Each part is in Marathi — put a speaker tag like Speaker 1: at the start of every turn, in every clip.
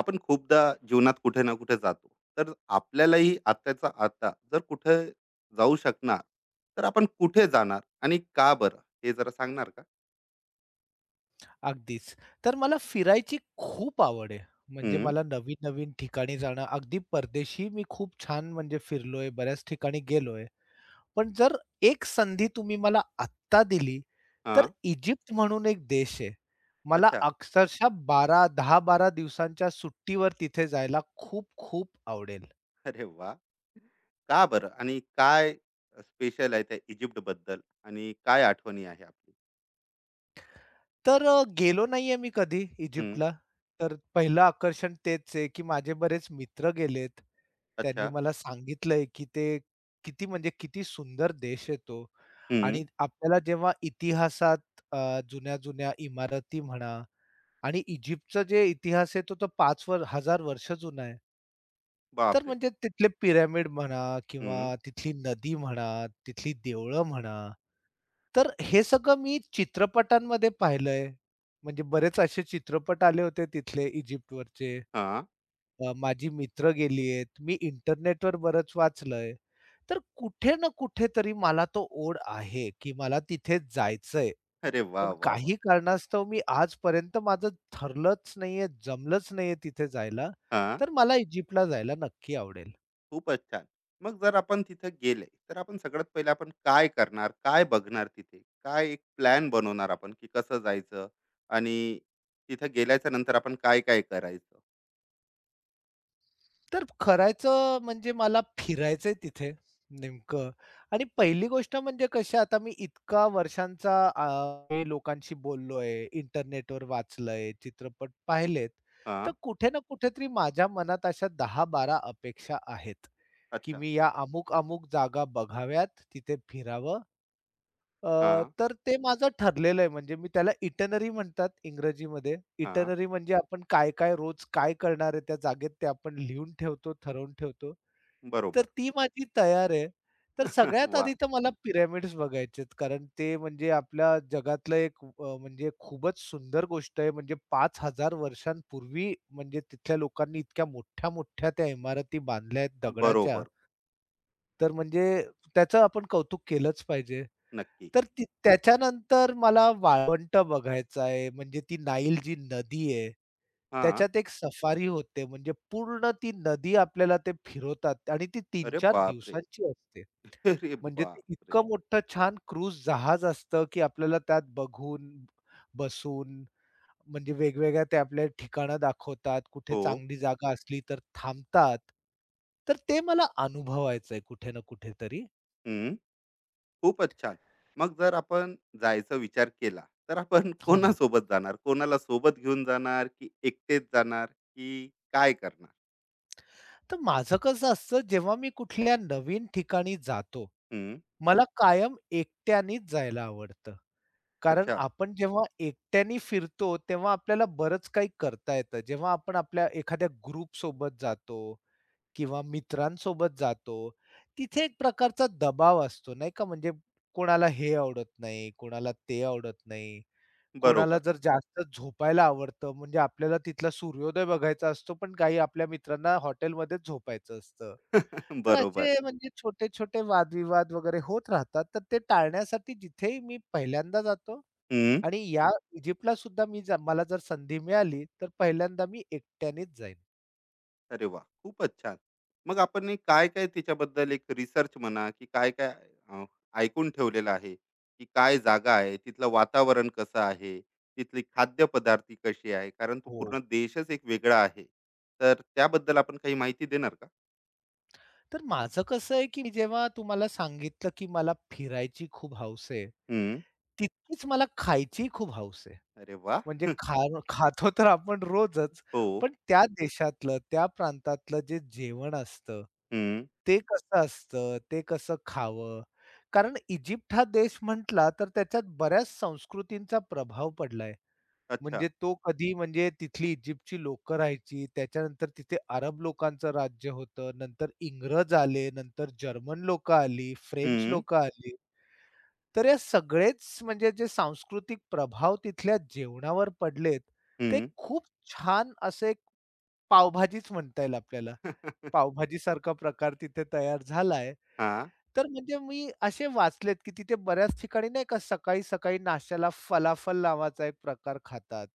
Speaker 1: आपण खूपदा जीवनात कुठे ना कुठे जातो, तर आपल्यालाही आत्ताचा आता जर कुठे जाऊ शकणार, तर आपण कुठे जाणार आणि का बरं, हे जरा सांगणार का?
Speaker 2: अगदीच. तर मला फिरायची खूप आवड आहे. म्हणजे
Speaker 1: हम्म.
Speaker 2: मला नवीन-नवीन ठिकाणी जाणं अगदी परदेशी मी खूप छान म्हणजे फिरलोय, बऱ्याच ठिकाणी गेलोय. पण जर एक संधी तुम्ही मला आत्ता दिली,
Speaker 1: हा.
Speaker 2: तर इजिप्त म्हणून एक देश आहे. मला
Speaker 1: अच्छा.
Speaker 2: अक्षरशः 12 10-12 दिवसांच्या सुट्टीवर तिथे जायला खूप-खूप आवडेल.
Speaker 1: अरे वा. का बरं आणि काय स्पेशल आहे त्या इजिप्त बद्दल आणि काय आठवणी आहे आपली?
Speaker 2: तर गेलो नाहीये मी कधी
Speaker 1: हम्म.
Speaker 2: इजिप्तला. तर पहिलं आकर्षण तेच आहे, की माझे बरेच मित्र गेलेत. त्यांनी
Speaker 1: अच्छा.
Speaker 2: मला सांगितलंय, की ते किती म्हणजे किती सुंदर देश आहे तो.
Speaker 1: हम्म.
Speaker 2: आणि आपल्याला जेव्हा इतिहासात जुन्या-जुन्या इमारती म्हणा, आणि इजिप्तचा जे इतिहास आहे तो तर 5,000 वर्ष जुना आहे. तर
Speaker 1: बापरे.
Speaker 2: म्हणजे तिथले पिरॅमिड म्हणा, किंवा
Speaker 1: हम्म.
Speaker 2: तिथली नदी म्हणा, तिथली देवळं म्हणा, तर हे सगळं मी चित्रपटांमध्ये पाहिलंय. म्हणजे बरेच असे चित्रपट आले होते तिथले इजिप्तवरचे.
Speaker 1: हा.
Speaker 2: माझी मित्र गेली आहेत. मी इंटरनेटवर बरंच वाचलंय. तर कुठे ना कुठेतरी मला तो ओढ आहे, की मला तिथे जायचंय.
Speaker 1: अरे वा
Speaker 2: पण
Speaker 1: वा वा.
Speaker 2: काही कारणास्तव मी आजपर्यंत माझं ठरलंच नाहीये, जमलंच नाहीये तिथे जायला. तर मला इजिप्तला जायला नक्की आवडेल.
Speaker 1: खूपच छान. मग जर आपण तिथे गेले, तर आपण सगळ्यात पहिले आपण काय करणार? काय बघणार तिथे? काय एक प्लॅन बनवणार आपण की कसं जायचं? आणि तिथे गेल्याच्या नंतर आपण काय-काय करायचं?
Speaker 2: तर करायचं म्हणजे मला फिरायचंय तिथे नेमकं. आणि पहिली गोष्ट म्हणजे कशी आता मी इतका वर्षांचा, हे लोकांशी बोललोय, इंटरनेटवर वाचलंय, चित्रपट पाहिलेत, तर
Speaker 1: हां.
Speaker 2: कुठे ना कुठेतरी माझ्या मनात अशा 10-12 अपेक्षा आहेत, की
Speaker 1: अच्छा.
Speaker 2: मी या अमुक-अमुक जागा बघाव्यात, तिथे फिरावं.
Speaker 1: हां,
Speaker 2: तर ते माझं ठरलेलं आहे, म्हणजे मी त्याला इटिनरी म्हणतात इंग्रजीमध्ये.
Speaker 1: हां.
Speaker 2: इटिनरी म्हणजे आपण काय-काय रोज काय करणार आहे त्या जागेत ते आपण लिहून ठेवतो, ठरवून ठेवतो. तर
Speaker 1: बरोबर.
Speaker 2: ती माझी तयार आहे. तर सगळ्यात
Speaker 1: वाह!
Speaker 2: आधी तर मला पिरॅमिड्स बघायचे, कारण ते म्हणजे आपल्या जगातलं एक म्हणजे खूपच सुंदर गोष्ट आहे. म्हणजे 5,000 वर्षांपूर्वी म्हणजे तिथल्या लोकांनी इतक्या मोठ्या-मोठ्या त्या इमारती बांधल्या आहेत दगडाच्या.
Speaker 1: बरोबर.
Speaker 2: तर म्हणजे त्याचं आपण कौतुक केलंच पाहिजे.
Speaker 1: नक्की.
Speaker 2: तर त्याच्यानंतर मला वाळवंट बघायचं आहे, म्हणजे ती नाईल जी नदी आहे,
Speaker 1: हां.
Speaker 2: त्याच्यात एक सफारी होते. म्हणजे पूर्ण ती नदी आपल्याला ते फिरवतात आणि ती
Speaker 1: अरे
Speaker 2: तीन-चार
Speaker 1: बापरे!
Speaker 2: दिवसांची असते.
Speaker 1: अरे
Speaker 2: म्हणजे ते
Speaker 1: बापरे!
Speaker 2: इतकं मोठं छान क्रूझ जहाज असतं, की आपल्याला त्यात बघून, बसून म्हणजे वेगवेगळ्या ते आपल्या ठिकाणं दाखवतात. कुठे
Speaker 1: हो.
Speaker 2: चांगली जागा असली तर थांबतात. तर ते मला अनुभवायचंय कुठे ना कुठेतरी.
Speaker 1: खूपच छान. मग जर आपण जायचा विचार केला, तर आपण
Speaker 2: हो ना.
Speaker 1: कोणासोबत जाणार? कोणाला सोबत घेऊन जाणार, की एकटेच जाणार, की काय करणार?
Speaker 2: तर माझं कसं असतं, जेव्हा मी कुठल्या नवीन ठिकाणी जातो,
Speaker 1: हं.
Speaker 2: मला कायम एकट्यानेच जायला आवडतं. कारण
Speaker 1: अच्छा.
Speaker 2: आपण जेव्हा एकट्याने फिरतो, तेव्हा आपल्याला बरंच काही करता येतं. जेव्हा आपण आपल्या एखाद्या ग्रुपसोबत जातो किंवा मित्रांसोबत जातो, तिथे एक प्रकारचा दबाव असतो, नाही का? म्हणजे कोणाला हे आवडत नाही, कोणाला ते आवडत नाही. कोणाला
Speaker 1: बरोबर.
Speaker 2: जर जास्त झोपायला आवडतं, म्हणजे आपल्याला तिथला सूर्योदय बघायचा असतो, पण काही आपल्या मित्रांना हॉटेलमध्येच झोपायचं असतं. तर
Speaker 1: बरोबर.
Speaker 2: असे म्हणजे छोटे-छोटे वादविवाद वगैरे होत राहतात. तर ते टाळण्यासाठी जिथेही मी पहिल्यांदा जातो,
Speaker 1: हं.
Speaker 2: आणि या इजिप्तला सुद्धा मी मला जर संधी मिळाली, तर पहिल्यांदा मी एकट्यानेच जाईन.
Speaker 1: अरे वाह! खूपच छान. मग आपण हे काय-काय त्याच्याबद्दल एक रिसर्च म्हणा, की काय-काय अ, ऐकून ठेवलेलं आहे, की काय जागा आहे, तिथलं वातावरण कसं आहे, तिथली खाद्यपदार्थ कशी आहे? कारण तो
Speaker 2: हो.
Speaker 1: पूर्ण देशच एक वेगळा आहे. तर त्याबद्दल आपण काही माहिती देणार का?
Speaker 2: तर माझं कसं आहे, की मी जेव्हा तुम्हाला सांगितलं, की मला फिरायची खूप हौस आहे,
Speaker 1: हं.
Speaker 2: तितकीच मला खायचीही खूप हौस आहे.
Speaker 1: अरे वाह!
Speaker 2: म्हणजे खाण खातो तर आपण रोजच,
Speaker 1: हो.
Speaker 2: पण त्या देशातलं, त्या प्रांतातलं जे जेवण असतं,
Speaker 1: हं.
Speaker 2: ते कसं असतं, ते कसं खावं? कारण इजिप्त हा देश म्हटला तर त्याच्यात बऱ्याच संस्कृतींचा प्रभाव पडलाय.
Speaker 1: अच्छा.
Speaker 2: म्हणजे तो कधी म्हणजे तिथली इजिप्तची लोकं राहायची, त्याच्यानंतर तिथे अरब लोकांचं राज्य होतं, नंतर इंग्रज आले, नंतर जर्मन लोकं आली, फ्रेंच
Speaker 1: हं,
Speaker 2: लोकं आली. तर या सगळेच म्हणजे जे सांस्कृतिक प्रभाव तिथल्या जेवणावर पडलेत, ते
Speaker 1: हं.
Speaker 2: खूप छान असे एक पावभाजीच म्हणता येईल आपल्याला. पावभाजीसारखा प्रकार तिथे तयार झालाय.
Speaker 1: हां.
Speaker 2: तर म्हणजे मी असे वाचलेत, की तिथे बऱ्याच ठिकाणी नाही का सकाळी-सकाळी नाश्त्याला फलाफल नावाचा एक प्रकार खातात.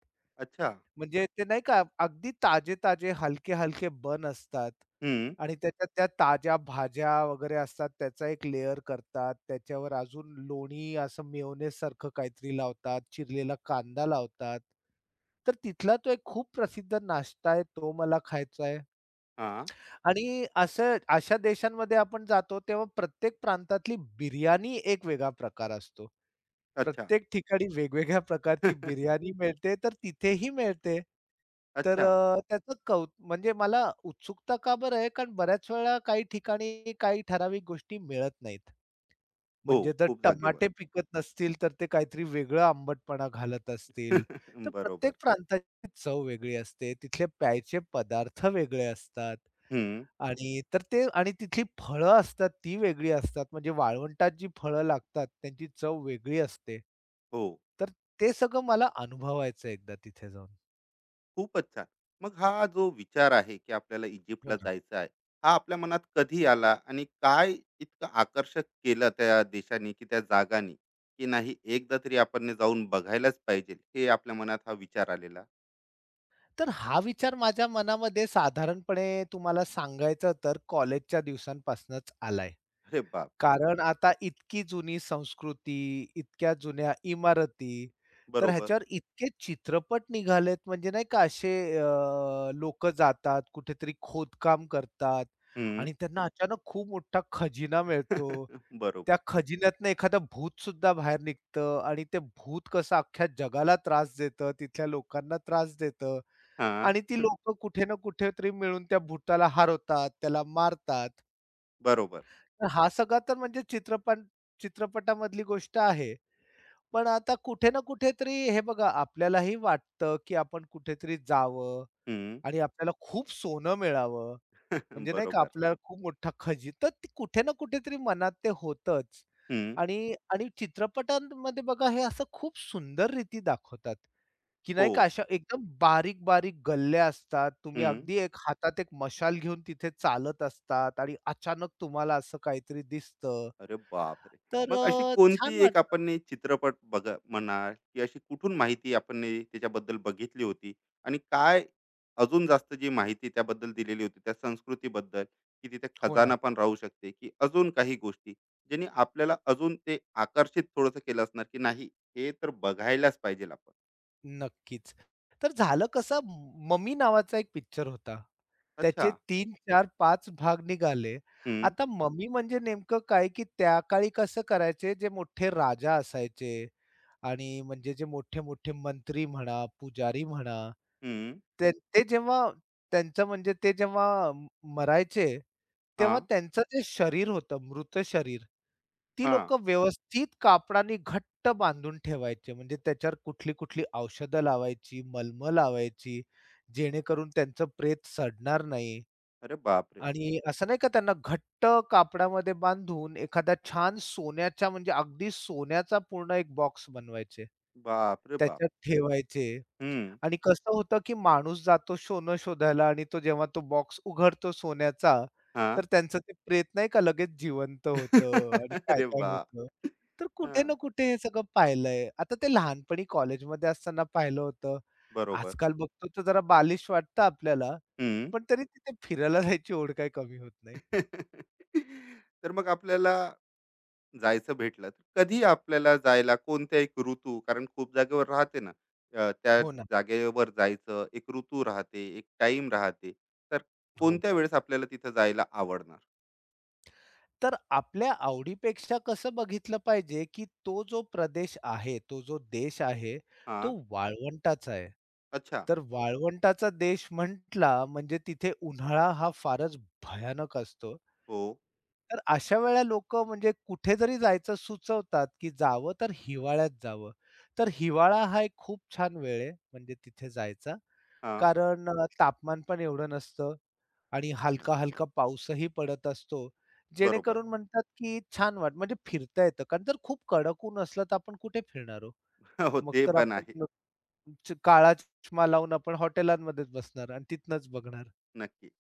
Speaker 1: अच्छा.
Speaker 2: म्हणजे ते नाही का अगदी ताजे-ताजे, हलके-हलके बन असतात
Speaker 1: हं.
Speaker 2: आणि त्याच्यात त्या ताज्या भाज्या वगैरे असतात, त्याचा एक लेयर करतात. त्याच्यावर अजून लोणी असं मेयोनेज सारखं काहीतरी लावतात, चिरलेला कांदा लावतात. तर तिथला तो एक खूप प्रसिद्ध नाश्ता आहे, तो मला खायचा आहे.
Speaker 1: हां.
Speaker 2: आणि असं अशा देशांमध्ये आपण जातो तेव्हा प्रत्येक प्रांतातली बिर्याणी एक वेगळा प्रकार असतो.
Speaker 1: अच्छा.
Speaker 2: प्रत्येक ठिकाणी वेगवेगळ्या प्रकारची बिर्याणी मिळते, तर तिथेही मिळते. तर
Speaker 1: अच्छा.
Speaker 2: अ, त्याचं कौ म्हणजे मला उत्सुकता का बरं आहे, कारण बऱ्याच वेळा काही ठिकाणी काही ठराविक गोष्टी मिळत नाहीत.
Speaker 1: हो,
Speaker 2: म्हणजे जर
Speaker 1: खूप जागेवर.
Speaker 2: टमाटे पिकत नसतील, तर ते काहीतरी वेगळं आंबटपणा घालत असतील. तर
Speaker 1: बरोबर.
Speaker 2: प्रत्येक प्रांताची चव वेगळी असते, तिथले प्यायचे पदार्थ वेगळे असतात.
Speaker 1: हं.
Speaker 2: आणि तर ते आणि तिथली फळं असतात ती वेगळी असतात. म्हणजे वाळवंटात जी फळं लागतात त्यांची चव वेगळी असते.
Speaker 1: हो.
Speaker 2: तर ते सगळं मला अनुभवायचं एकदा तिथे जाऊन.
Speaker 1: खूपच छान. मग हा जो विचार आहे, की आपल्याला
Speaker 2: हो
Speaker 1: इजिप्तला
Speaker 2: ना.
Speaker 1: जायचं आहे. हा आपल्या मनात कधी आला आणि काय इतकं आकर्षक केलं त्या देशाने, की त्या जागांनी, की नाही एकदा तरी आपण ने जाऊन बघायलाच पाहिजे, हे आपल्या मनात हा विचार आलेला?
Speaker 2: तर हा विचार माझ्या मनामध्ये साधारणपणे तुम्हाला सांगायचं तर कॉलेजच्या दिवसांपासूनच आलाय.
Speaker 1: अरे बापरे!
Speaker 2: कारण आता इतकी जुनी संस्कृती, इतक्या जुन्या इमारती, तर
Speaker 1: बरोबर.
Speaker 2: ह्याच्यावर इतके चित्रपट निघालेत म्हणजे नाही का, असे लोकं जातात, कुठेतरी खोदकाम करतात
Speaker 1: हं.
Speaker 2: आणि त्यांना अचानक खूप मोठा खजिना मिळतो. त्या
Speaker 1: बरोबर.
Speaker 2: खजिन्यातनं एखादं भूतसुद्धा बाहेर निघतं आणि ते भूत कसं अख्ख्या जगाला त्रास देतं, तिथल्या लोकांना त्रास देतं
Speaker 1: हां.
Speaker 2: आणि ती लोकं कुठे ना कुठेतरी मिळून त्या भुताला हरवतात, त्याला मारतात.
Speaker 1: बरोबर.
Speaker 2: हा सगळा तर म्हणजे चित्रपटामधली गोष्ट आहे. पण आता कुठे ना कुठेतरी हे बघा आपल्यालाही वाटतं, की आपण कुठेतरी जावं
Speaker 1: हं.
Speaker 2: आणि आपल्याला खूप सोनं मिळावं. म्हणजे नाही का
Speaker 1: बरोबर.
Speaker 2: आपल्याला खूप मोठा खजिना, तर ते कुठे ना कुठेतरी मनात ते होतंच.
Speaker 1: हं.
Speaker 2: आणि आणि चित्रपटांमध्ये बघा हे असं खूप सुंदर रीती दाखवतात, की
Speaker 1: हो.
Speaker 2: नाही का अशा एकदम बारीक-बारीक गल्ल्या असतात. तुम्ही
Speaker 1: हं.
Speaker 2: अगदी एक हातात एक मशाल घेऊन तिथे चालत असतात आणि अचानक तुम्हाला असं काहीतरी दिसतं.
Speaker 1: अरे बापरे!
Speaker 2: तर
Speaker 1: मग अशी कोणती
Speaker 2: छान
Speaker 1: एक
Speaker 2: वाटतं.
Speaker 1: आपण ने चित्रपट बघा म्हणा की अशी कुठून माहिती आपण ने त्याच्याबद्दल बघितली होती? आणि काय अजून जास्त जी माहिती त्याबद्दल दिलेली होती, त्या संस्कृतीबद्दल, की तिथे
Speaker 2: हो ना,
Speaker 1: खजाना पण राहू शकते, की अजून काही गोष्टी, ज्यांनी आपल्याला अजून ते आकर्षित थोडंसं केलं असणार, की नाही हे तर बघायलाच पाहिजे आपण.
Speaker 2: नक्कीच. तर झालं कसं, मम्मी नावाचा एक पिक्चर होता.
Speaker 1: अच्छा.
Speaker 2: त्याचे तीन, चार, पाच भाग निघाले.
Speaker 1: हं.
Speaker 2: आता मम्मी म्हणजे नेमकं काय, की त्या काळी कसं करायचे जे मोठे राजा असायचे आणि म्हणजे जे मोठे-मोठे मंत्री म्हणा, पुजारी म्हणा,
Speaker 1: हं.
Speaker 2: ते ते जेव्हा त्यांचं म्हणजे ते जेव्हा म मरायचे, तेव्हा
Speaker 1: हां.
Speaker 2: त्यांचं जे शरीर होतं, मृत शरीर, ती
Speaker 1: हां.
Speaker 2: लोकं व्यवस्थित कापडाने घट्ट बांधून ठेवायचे. म्हणजे त्याच्यावर कुठली-कुठली औषधं लावायची, मलमं लावायची, जेणेकरून त्यांचं प्रेत सडणार नाही
Speaker 1: अरे बापरे!
Speaker 2: आणि असं नाही का त्यांना घट्ट कापडामध्ये बांधून एखादा छान सोन्याच्या म्हणजे अगदी सोन्याचा पूर्ण एक बॉक्स बनवायचे.
Speaker 1: बाप रे बाप!
Speaker 2: त्याच्यात ठेवायचे.
Speaker 1: हं.
Speaker 2: आणि कसं होतं, की माणूस जातो सोनं शोधायला आणि तो जेव्हा तो बॉक्स उघडतो सोन्याचा,
Speaker 1: हां.
Speaker 2: तर त्यांचं ते प्रेत नाही का लगेच जिवंत होतं आणि
Speaker 1: अरे
Speaker 2: काय-काय
Speaker 1: वाह!
Speaker 2: होतं. तर कुठे
Speaker 1: हां.
Speaker 2: ना कुठे हे सगळं पाहिलंय. आता ते लहानपणी कॉलेजमध्ये असताना पाहिलं होतं.
Speaker 1: बरोबर.
Speaker 2: आजकाल बघतो तर जरा बालिश वाटतं आपल्याला,
Speaker 1: हं.
Speaker 2: पण तरी तिथे फिरायला जायची ओढ काही कमी होत नाही.
Speaker 1: तर मग आपल्याला जायचं भेटलं, तर कधी आपल्याला जायला कोणत्या एक ऋतू कारण खूप जागेवर राहते ना, त्या
Speaker 2: हो ना.
Speaker 1: जागेवर जायचं, एक ऋतू राहते, एक टाईम राहते. तर
Speaker 2: हो.
Speaker 1: कोणत्या वेळेस आपल्याला तिथं जायला आवडणार?
Speaker 2: तर आपल्या आवडीपेक्षा कसं बघितलं पाहिजे, की तो जो प्रदेश आहे, तो जो देश आहे, तो
Speaker 1: हां.
Speaker 2: वाळवंटाचा आहे.
Speaker 1: अच्छा.
Speaker 2: तर वाळवंटाचा देश म्हटला म्हणजे तिथे उन्हाळा हा फारच भयानक असतो.
Speaker 1: हो.
Speaker 2: तर अशा वेळेला लोकं म्हणजे कुठे जरी जायचं सुचवतात, की जावं तर हिवाळ्यात जावं. तर हिवाळा हा एक खूप छान वेळ आहे म्हणजे तिथे जायचा.
Speaker 1: हां.
Speaker 2: कारण तापमान पण एवढं नसतं. आणि हलका-हलका पाऊसही पडत असतो.
Speaker 1: बरोबर.
Speaker 2: जेणेकरून म्हणतात, की छान वाट म्हणजे फिरता येतं. कारण जर खूप कडक ऊन असलं, तर आपण कुठे फिरणार हो?
Speaker 1: हो,
Speaker 2: मग
Speaker 1: ते
Speaker 2: तर
Speaker 1: पण
Speaker 2: आपण
Speaker 1: आहे.
Speaker 2: च काळा चष्मा लावून आपण हॉटेलांमध्येच बसणार आणि तिथनंच बघणार.
Speaker 1: नक्की.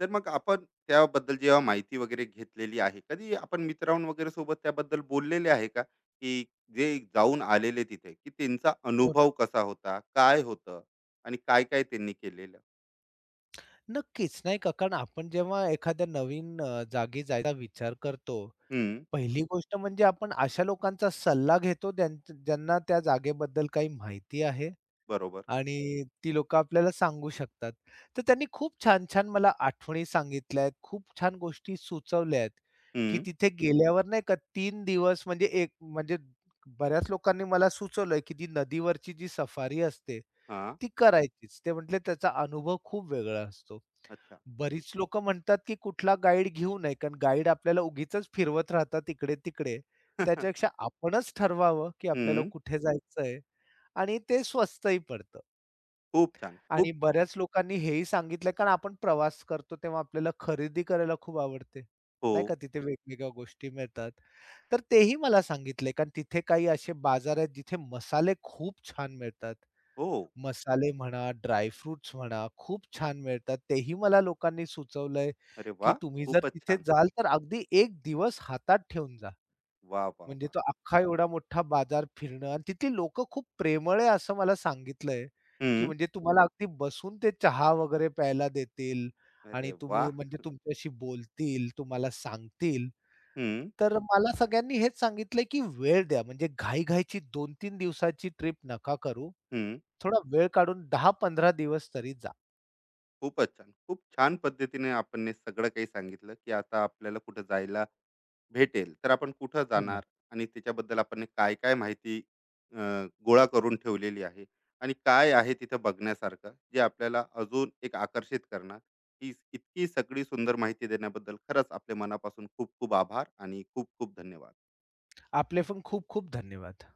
Speaker 1: तर मग आपण त्याबद्दल जेव्हा माहिती वगैरे घेतलेली आहे, कधी आपण मित्रां वगैरे सोबत त्याबद्दल बोललेले आहे का? की जे जाऊन आलेले तिथे, की त्यांचा
Speaker 2: हो ना.
Speaker 1: अनुभव कसा होता? काय होतं? आणि काय-काय त्यांनी केलेलं?
Speaker 2: नक्कीच, नाही का? कारण आपण जेव्हा एखाद्या नवीन जागी जायचा विचार करतो,
Speaker 1: हं,
Speaker 2: पहिली गोष्ट म्हणजे आपण अशा लोकांचा सल्ला घेतो, ज्यांना त्या जागेबद्दल काही माहिती आहे.
Speaker 1: बरोबर.
Speaker 2: आणि ती लोकं आपल्याला सांगू शकतात. तर त्यांनी खूप छान-छान मला आठवणी सांगितल्या आहेत. खूप छान गोष्टी सुचवल्या आहेत, की
Speaker 1: हं,
Speaker 2: तिथे गेल्यावर नाही का तीन दिवस म्हणजे एक म्हणजे बऱ्याच लोकांनी मला सुचवलंय, की ती नदीवरची जी सफारी असते
Speaker 1: हां,
Speaker 2: ती करायचीच. ते म्हटले त्याचा अनुभव खूप वेगळा असतो.
Speaker 1: अच्छा.
Speaker 2: बरीच लोकं म्हणतात, की कुठला गाईड घेऊ नये, कारण गाईड आपल्याला उगीचच फिरवत राहतात इकडे-तिकडे. त्याच्यापेक्षा आपणच ठरवावं, की आपल्याला
Speaker 1: हं,
Speaker 2: कुठे जायचंय आणि ते स्वस्तही पडतं.
Speaker 1: खूप छान.
Speaker 2: आणि
Speaker 1: खूप
Speaker 2: बऱ्याच लोकांनी हेही सांगितलं, कारण आपण प्रवास करतो तेव्हा आपल्याला खरेदी करायला खूप आवडते.
Speaker 1: हो,
Speaker 2: नाही का तिथे वेगवेगळ्या गोष्टी मिळतात. तर तेही मला सांगितले, कारण तिथे काही असे बाजार आहेत जिथे मसाले खूप छान मिळतात.
Speaker 1: हो.
Speaker 2: मसाले म्हणा, ड्राय म्हणा खूप छान मिळतात. तेही मला लोकांनी सुचवलंय,
Speaker 1: अरे
Speaker 2: की
Speaker 1: वाह!
Speaker 2: तुम्ही जर
Speaker 1: खूपच
Speaker 2: तिथे
Speaker 1: छान.
Speaker 2: जाल तर अगदी 1 दिवस हातात ठेवून जा.
Speaker 1: वाह, वाह,
Speaker 2: म्हणजे
Speaker 1: वाह!
Speaker 2: तो अख्खा एवढा मोठा बाजार फिरणं आणि तिथली लोकं खूप प्रेमळ आहे असं मला सांगितलंय, की
Speaker 1: हं,
Speaker 2: म्हणजे तुम्हाला अगदी बसून ते चहा वगैरे प्यायला देतील
Speaker 1: अरे
Speaker 2: आणि
Speaker 1: वाह!
Speaker 2: तुम्ही म्हणजे तुमच्याशी बोलतील, तुम्हाला सांगतील.
Speaker 1: हं,
Speaker 2: तर मला सगळ्यांनी हेच सांगितलंय, की वेळ द्या. म्हणजे घाई-घाईची 2 दिवसाची ट्रिप नका करू.
Speaker 1: हं.
Speaker 2: थोडा वेळ काढून 10-15 दिवस तरी जा.
Speaker 1: खूपच छान. खूप छान पद्धतीने आपण हे सगळं काही सांगितलं, की आता आपल्याला कुठे जायला भेटेल तर आपण कुठं
Speaker 2: हो
Speaker 1: जाणार
Speaker 2: ना.
Speaker 1: आणि त्याच्याबद्दल आपण काय काय माहिती अ, गोळा करून ठेवलेली आहे आणि काय आहे तिथं बघण्यासारखं जे आपल्याला अजून एक आकर्षित करणार. ही इतकी सगळी सुंदर माहिती देण्याबद्दल खरंच आपल्या मनापासून खूप खूप आभार आणि खूप खूप धन्यवाद.
Speaker 2: आपले पण खूप-खूप धन्यवाद.